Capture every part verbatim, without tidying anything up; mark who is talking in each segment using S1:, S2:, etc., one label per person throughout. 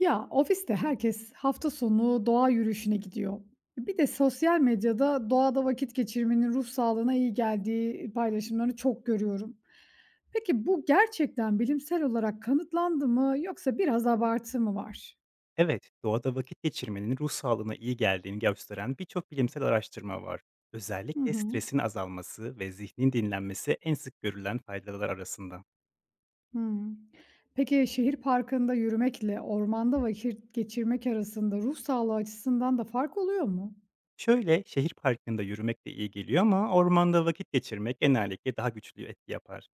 S1: Ya, ofiste herkes hafta sonu doğa yürüyüşüne gidiyor. Bir de sosyal medyada doğada vakit geçirmenin ruh sağlığına iyi geldiği paylaşımlarını çok görüyorum. Peki bu gerçekten bilimsel olarak kanıtlandı mı yoksa biraz abartı mı var?
S2: Evet, doğada vakit geçirmenin ruh sağlığına iyi geldiğini gösteren birçok bilimsel araştırma var.
S1: Hı
S2: Özellikle
S1: hı.
S2: stresin azalması ve zihnin dinlenmesi en sık görülen faydalar arasında.
S1: Hımm. Peki şehir parkında yürümekle ormanda vakit geçirmek arasında ruh sağlığı açısından da fark oluyor mu?
S2: Şöyle, şehir parkında yürümek de iyi geliyor ama ormanda vakit geçirmek genellikle daha güçlü etki yapar.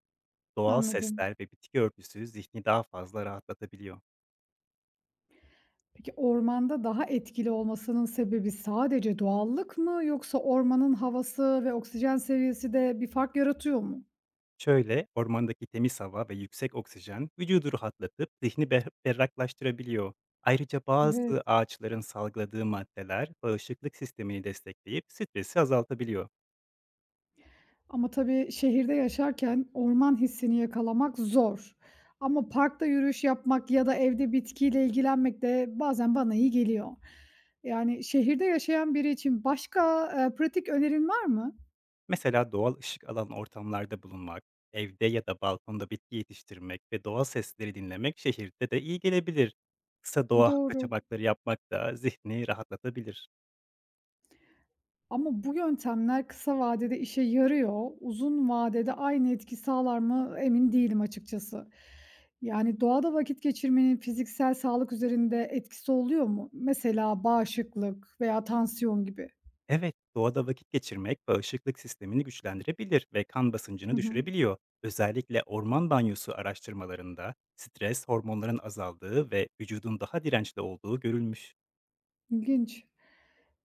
S2: Doğal
S1: Anladım.
S2: sesler ve bitki örtüsü zihni daha fazla rahatlatabiliyor.
S1: Peki ormanda daha etkili olmasının sebebi sadece doğallık mı yoksa ormanın havası ve oksijen seviyesi de bir fark yaratıyor mu?
S2: Şöyle, ormandaki temiz hava ve yüksek oksijen vücudu rahatlatıp zihni ber- berraklaştırabiliyor. Ayrıca
S1: Evet.
S2: bazı ağaçların salgıladığı maddeler bağışıklık sistemini destekleyip stresi azaltabiliyor.
S1: Ama tabii şehirde yaşarken orman hissini yakalamak zor. Ama parkta yürüyüş yapmak ya da evde bitkiyle ilgilenmek de bazen bana iyi geliyor. Yani şehirde yaşayan biri için başka, eee, pratik önerin var mı?
S2: Mesela doğal ışık alan ortamlarda bulunmak, evde ya da balkonda bitki yetiştirmek ve doğal sesleri dinlemek şehirde de iyi gelebilir. Kısa doğa
S1: Doğru.
S2: kaçamakları yapmak da zihni rahatlatabilir.
S1: Ama bu yöntemler kısa vadede işe yarıyor. Uzun vadede aynı etki sağlar mı emin değilim açıkçası. Yani doğada vakit geçirmenin fiziksel sağlık üzerinde etkisi oluyor mu? Mesela bağışıklık veya tansiyon gibi.
S2: Evet, doğada vakit geçirmek bağışıklık sistemini güçlendirebilir ve kan
S1: Hı
S2: basıncını
S1: hı.
S2: düşürebiliyor. Özellikle orman banyosu araştırmalarında stres hormonların azaldığı ve vücudun daha dirençli olduğu görülmüş.
S1: İlginç.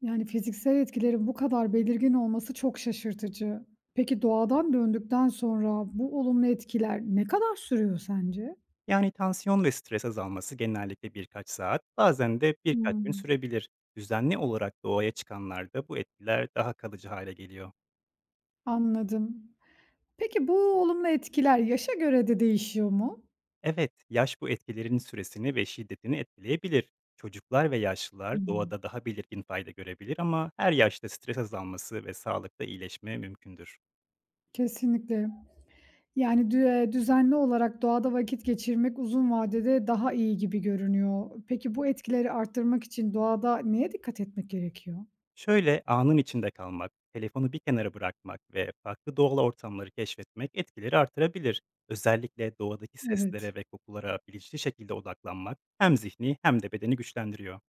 S1: Yani fiziksel etkilerin bu kadar belirgin olması çok şaşırtıcı. Peki doğadan döndükten sonra bu olumlu etkiler ne kadar sürüyor sence?
S2: Yani tansiyon ve stres azalması genellikle birkaç saat, bazen de
S1: Hı,
S2: birkaç gün sürebilir. Düzenli olarak doğaya çıkanlarda bu etkiler daha kalıcı hale geliyor.
S1: anladım. Peki, bu olumlu etkiler yaşa göre de değişiyor mu?
S2: Evet, yaş bu etkilerin süresini ve şiddetini etkileyebilir. Çocuklar ve yaşlılar
S1: Hımm.
S2: doğada daha belirgin fayda görebilir ama her yaşta stres azalması ve sağlıkta iyileşme mümkündür.
S1: Kesinlikle. Yani, dü eee, düzenli olarak doğada vakit geçirmek uzun vadede daha iyi gibi görünüyor. Peki, bu etkileri arttırmak için doğada neye dikkat etmek gerekiyor?
S2: Şöyle anın içinde kalmak, telefonu bir kenara bırakmak ve farklı doğal ortamları keşfetmek etkileri artırabilir. Özellikle doğadaki
S1: Evet.
S2: seslere ve kokulara bilinçli şekilde odaklanmak hem zihni hem de bedeni güçlendiriyor.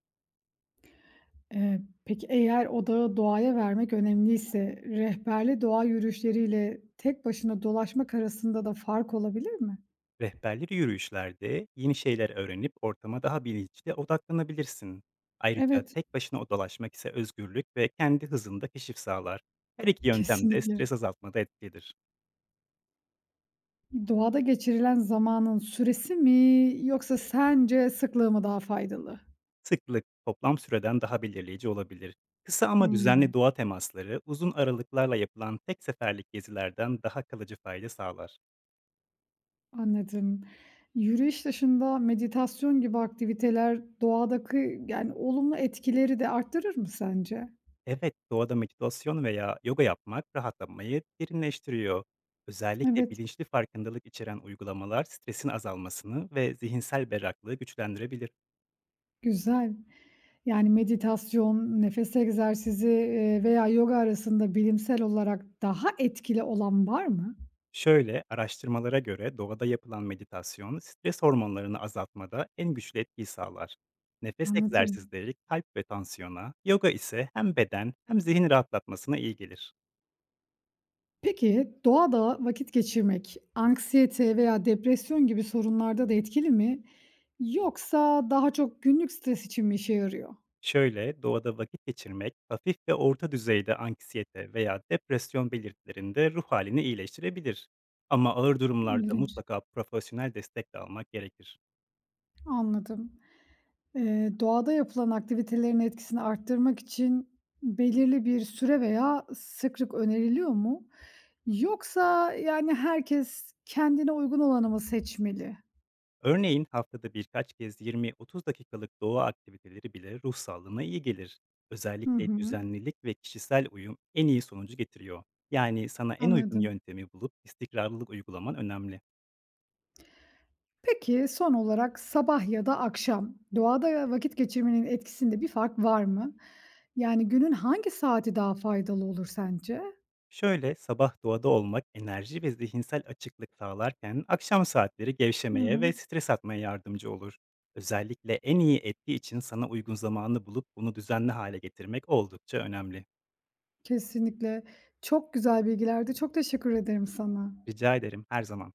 S1: Eee, peki, eğer odağı doğaya vermek önemliyse rehberli doğa yürüyüşleriyle tek başına dolaşmak arasında da fark olabilir mi?
S2: Rehberli yürüyüşlerde yeni şeyler öğrenip ortama daha bilinçli odaklanabilirsin. Ayrıca
S1: Evet,
S2: tek başına dolaşmak ise özgürlük ve kendi hızında keşif sağlar. Her iki yöntem de
S1: kesinlikle.
S2: stres azaltmada etkilidir.
S1: Doğada geçirilen zamanın süresi mi yoksa sence sıklığı mı daha faydalı?
S2: Sıklık toplam süreden daha belirleyici olabilir. Kısa ama
S1: Hımm,
S2: düzenli doğa temasları uzun aralıklarla yapılan tek seferlik gezilerden daha kalıcı fayda sağlar.
S1: anladım. Yürüyüş dışında meditasyon gibi aktiviteler doğadaki, yani, olumlu etkileri de arttırır mı sence?
S2: Evet, doğada meditasyon veya yoga yapmak rahatlamayı derinleştiriyor. Özellikle
S1: Evet,
S2: bilinçli farkındalık içeren uygulamalar stresin azalmasını ve zihinsel berraklığı güçlendirebilir.
S1: güzel. Yani, meditasyon, nefes egzersizi, eee, veya yoga arasında bilimsel olarak daha etkili olan var mı?
S2: Şöyle, araştırmalara göre doğada yapılan meditasyon stres hormonlarını azaltmada en güçlü etkiyi sağlar. Nefes
S1: Anladım.
S2: egzersizleri kalp ve tansiyona, yoga ise hem beden hem zihin rahatlatmasına iyi gelir.
S1: Peki, doğada vakit geçirmek anksiyete veya depresyon gibi sorunlarda da etkili mi? Yoksa daha çok günlük stres için mi işe yarıyor?
S2: Şöyle, doğada vakit geçirmek, hafif ve orta düzeyde anksiyete veya depresyon belirtilerinde ruh halini iyileştirebilir. Ama ağır durumlarda
S1: İlginç.
S2: mutlaka profesyonel destek de almak gerekir.
S1: Anladım. Eee, doğada yapılan aktivitelerin etkisini arttırmak için belirli bir süre veya sıklık öneriliyor mu? Yoksa yani herkes kendine uygun olanı mı seçmeli?
S2: Örneğin haftada birkaç kez yirmi otuz dakikalık doğa aktiviteleri bile ruh sağlığına iyi gelir.
S1: Hı
S2: Özellikle
S1: hı,
S2: düzenlilik ve kişisel uyum en iyi sonucu getiriyor. Yani sana en uygun
S1: anladım.
S2: yöntemi bulup istikrarlılık uygulaman önemli.
S1: Peki, son olarak sabah ya da akşam doğada vakit geçirmenin etkisinde bir fark var mı? Yani günün hangi saati daha faydalı olur sence?
S2: Şöyle sabah doğada olmak enerji ve zihinsel açıklık sağlarken akşam saatleri
S1: Hı
S2: gevşemeye
S1: hı.
S2: ve stres atmaya yardımcı olur. Özellikle en iyi etki için sana uygun zamanı bulup bunu düzenli hale getirmek oldukça önemli.
S1: Kesinlikle. Çok güzel bilgilerdi. Çok teşekkür ederim sana.
S2: Rica ederim her zaman.